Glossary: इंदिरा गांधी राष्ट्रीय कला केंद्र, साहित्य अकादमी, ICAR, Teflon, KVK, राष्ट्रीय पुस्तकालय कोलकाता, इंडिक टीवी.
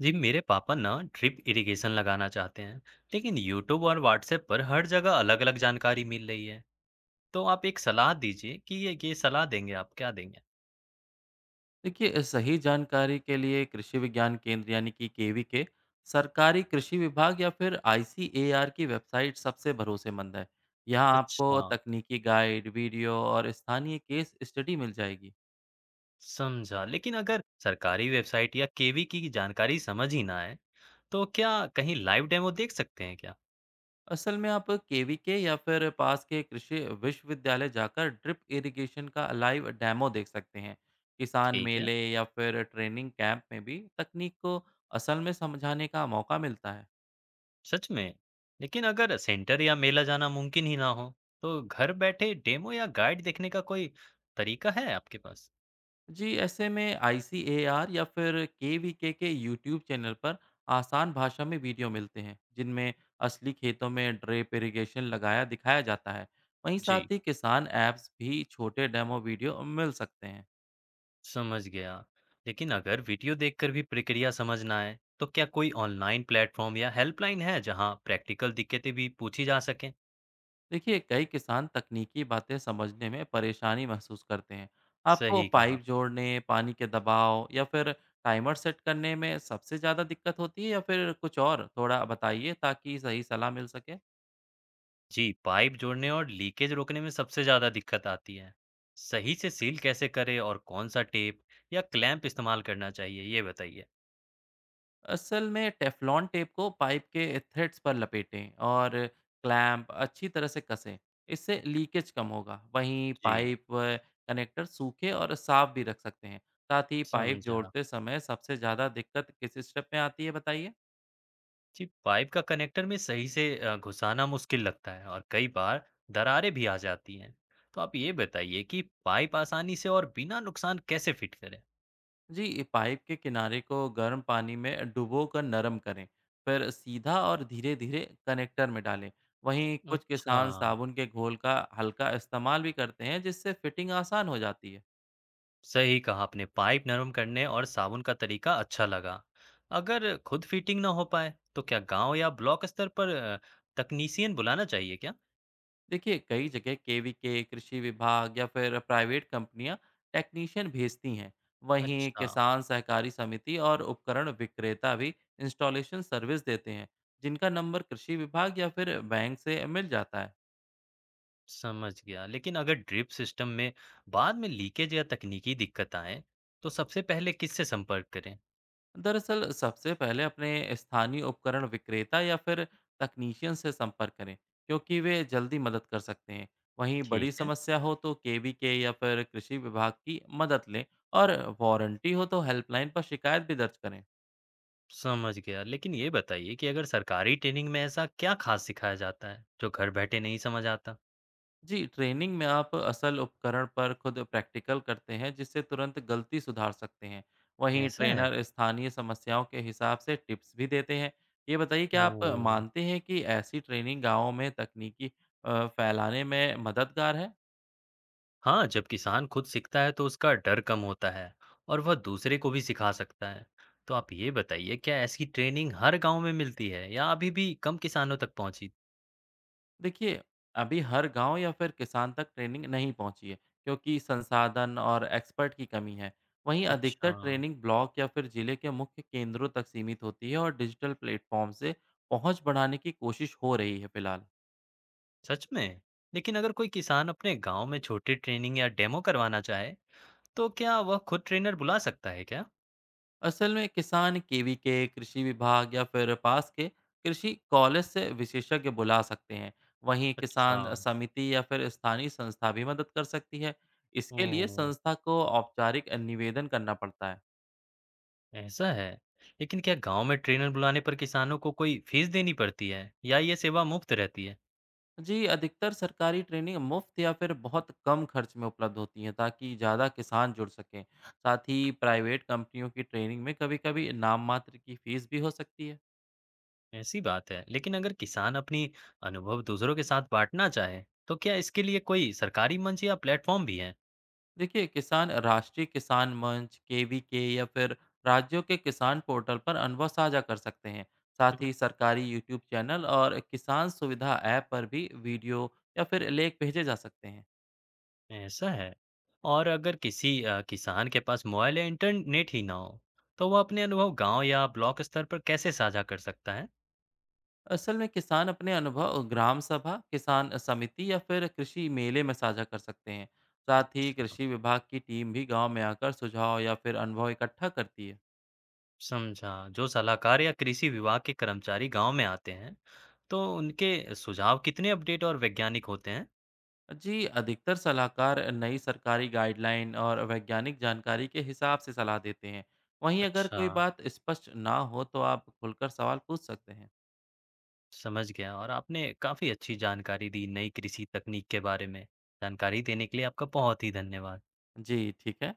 जी, मेरे पापा ना ड्रिप इरिगेशन लगाना चाहते हैं। लेकिन यूट्यूब और व्हाट्सएप पर हर जगह अलग अलग जानकारी मिल रही है। तो आप एक सलाह दीजिए कि ये सलाह देंगे आप क्या देंगे। देखिए, सही जानकारी के लिए कृषि विज्ञान केंद्र यानी कि केवी के, सरकारी कृषि विभाग या फिर आईसीएआर की वेबसाइट सबसे भरोसेमंद है। यहाँ अच्छा, आपको तकनीकी गाइड, वीडियो और स्थानीय केस स्टडी मिल जाएगी। समझा। लेकिन अगर सरकारी वेबसाइट या केवी की जानकारी समझ ही ना आए तो क्या कहीं लाइव डेमो देख सकते हैं क्या? असल में आप केवी के या फिर पास के कृषि विश्वविद्यालय जाकर ड्रिप इरिगेशन का लाइव डेमो देख सकते हैं। किसान ठीक है। मेले या फिर ट्रेनिंग कैंप में भी तकनीक को असल में समझाने का मौका मिलता है। सच में? लेकिन अगर सेंटर या मेला जाना मुमकिन ही ना हो, तो घर बैठे डेमो या गाइड देखने का कोई तरीका है आपके पास? जी, ऐसे में आईसीएआर या फिर केवीके के यूट्यूब चैनल पर आसान भाषा में वीडियो मिलते हैं, जिनमें असली खेतों में ड्रेप इरिगेशन लगाया दिखाया जाता है। वहीं जी, साथ ही किसान ऐप्स भी छोटे डेमो वीडियो मिल सकते हैं। समझ गया। लेकिन अगर वीडियो देखकर भी प्रक्रिया समझ ना आए, तो क्या कोई ऑनलाइन प्लेटफ़ॉर्म या हेल्पलाइन है जहां प्रैक्टिकल दिक्कतें भी पूछी जा सकें? देखिए, कई किसान तकनीकी बातें समझने में परेशानी महसूस करते हैं। आपको सही कहा। पाइप जोड़ने, पानी के दबाव या फिर टाइमर सेट करने में सबसे ज़्यादा दिक्कत होती है या फिर कुछ और, थोड़ा बताइए ताकि सही सलाह मिल सके। जी, पाइप जोड़ने और लीकेज रोकने में सबसे ज़्यादा दिक्कत आती है। सही से सील कैसे करें और कौन-सा टेप या क्लैंप इस्तेमाल करना चाहिए, ये बताइए? असल में टेफ्लॉन टेप को पाइप के थ्रेड्स पर लपेटें और क्लैंप अच्छी तरह से कसें। इससे लीकेज कम होगा। वहीं जी, पाइप व कनेक्टर सूखे और साफ भी रख सकते हैं। साथ ही पाइप समझा। जोड़ते समय सबसे ज़्यादा दिक्कत किस स्टेप में आती है, बताइए। जी, पाइप का कनेक्टर में सही से घुसाना मुश्किल लगता है और कई बार दरारें भी आ जाती हैं। तो आप ये बताइए कि पाइप आसानी से और बिना नुकसान कैसे फिट करें? जी, ये पाइप के किनारे को गर्म पानी में डुबो कर नरम करें, फिर सीधा और धीरे धीरे कनेक्टर में डालें। वहीं कुछ अच्छा, किसान साबुन के घोल का हल्का इस्तेमाल भी करते हैं, जिससे फिटिंग आसान हो जाती है। सही कहा आपने। पाइप नरम करने और साबुन का तरीका अच्छा लगा। अगर खुद फिटिंग ना हो पाए, तो क्या गांव या ब्लॉक स्तर पर तकनीशियन बुलाना चाहिए क्या? देखिए, कई जगह केवीके, कृषि विभाग या फिर प्राइवेट कंपनियां टेक्नीशियन भेजती हैं। वहीं अच्छा, किसान सहकारी समिति और उपकरण विक्रेता भी इंस्टॉलेशन सर्विस देते हैं, जिनका नंबर कृषि विभाग या फिर बैंक से मिल जाता है। समझ गया। लेकिन अगर ड्रिप सिस्टम में बाद में लीकेज या तकनीकी दिक्कत आए, तो सबसे पहले किससे संपर्क करें? दरअसल सबसे पहले अपने स्थानीय उपकरण विक्रेता या फिर तकनीशियन से संपर्क करें, क्योंकि वे जल्दी मदद कर सकते हैं। वहीं बड़ी ठीक है। समस्या हो तो केवीके या फिर कृषि विभाग की मदद लें। और वारंटी हो तो हेल्पलाइन पर शिकायत भी दर्ज करें। समझ गया। लेकिन ये बताइए कि अगर सरकारी ट्रेनिंग में ऐसा क्या ख़ास सिखाया जाता है, जो घर बैठे नहीं समझ आता? जी, ट्रेनिंग में आप असल उपकरण पर खुद प्रैक्टिकल करते हैं, जिससे तुरंत गलती सुधार सकते हैं। वहीं ऐसा है? ट्रेनर स्थानीय समस्याओं के हिसाब से टिप्स भी देते हैं। ये बताइए, क्या आप ओह! मानते हैं कि ऐसी ट्रेनिंग गाँवों में तकनीकी अ, फैलाने में मददगार है? हाँ, जब किसान खुद सीखता है तो उसका डर कम होता है और वह दूसरे को भी सिखा सकता है। तो आप ये बताइए क्या ऐसी ट्रेनिंग हर गाँव में मिलती है या अभी भी कम किसानों तक पहुँची? देखिए, अभी हर गांव या फिर किसान तक ट्रेनिंग नहीं पहुंची है, क्योंकि संसाधन और एक्सपर्ट की कमी है। वहीं अच्छा, अधिकतर ट्रेनिंग ब्लॉक या फिर जिले के मुख्य केंद्रों तक सीमित होती है और डिजिटल प्लेटफॉर्म से पहुंच बढ़ाने की कोशिश हो रही है फिलहाल। सच में? लेकिन अगर कोई किसान अपने गाँव में छोटी ट्रेनिंग या डेमो करवाना चाहे, तो क्या वह खुद ट्रेनर बुला सकता है क्या? असल में किसान केवी के, कृषि विभाग या फिर पास के कृषि कॉलेज से विशेषज्ञ बुला सकते हैं। वहीं अच्छा, किसान समिति या फिर स्थानीय संस्था भी मदद कर सकती है। इसके लिए ओह! संस्था को औपचारिक निवेदन करना पड़ता है। ऐसा है। लेकिन क्या गाँव में ट्रेनर बुलाने पर किसानों को कोई फीस देनी पड़ती है या ये सेवा मुफ्त रहती है? जी, अधिकतर सरकारी ट्रेनिंग मुफ्त या फिर बहुत कम खर्च में उपलब्ध होती हैं, ताकि ज़्यादा किसान जुड़ सकें। साथ ही प्राइवेट कंपनियों की ट्रेनिंग में कभी-कभी नाम मात्र की फीस भी हो सकती है। ऐसी बात है। लेकिन अगर किसान अपनी अनुभव दूसरों के साथ बाँटना चाहे, तो क्या इसके लिए कोई सरकारी मंच या प्लेटफ़ॉर्म भी है? देखिए, किसान राष्ट्रीय किसान मंच, केवीके या फिर राज्यों के किसान पोर्टल पर अनुभव साझा कर सकते हैं। हुँ, साथ ही सरकारी यूट्यूब चैनल और किसान सुविधा ऐप पर भी वीडियो या फिर लेख भेजे जा सकते हैं। ऐसा है। और अगर किसी किसान के पास मोबाइल या इंटरनेट ही ना हो, तो वह अपने अनुभव गाँव या ब्लॉक स्तर पर कैसे साझा कर सकता है? असल में किसान अपने अनुभव ग्राम सभा, किसान समिति या फिर कृषि मेले में साझा कर सकते हैं। साथ ही अच्छा। कृषि विभाग की टीम भी गांव में आकर सुझाव या फिर अनुभव इकट्ठा करती है। समझा। जो सलाहकार या कृषि विभाग के कर्मचारी गाँव में आते हैं, तो उनके सुझाव कितने अपडेट और वैज्ञानिक होते हैं? जी, अधिकतर सलाहकार नई सरकारी गाइडलाइन और वैज्ञानिक जानकारी के हिसाब से सलाह देते हैं। वहीं अगर अच्छा, कोई बात स्पष्ट ना हो तो आप खुलकर सवाल पूछ सकते हैं। समझ गया और आपने काफ़ी अच्छी जानकारी दी नई कृषि तकनीक के बारे में। जानकारी देने के लिए आपका बहुत ही धन्यवाद। जी, ठीक है।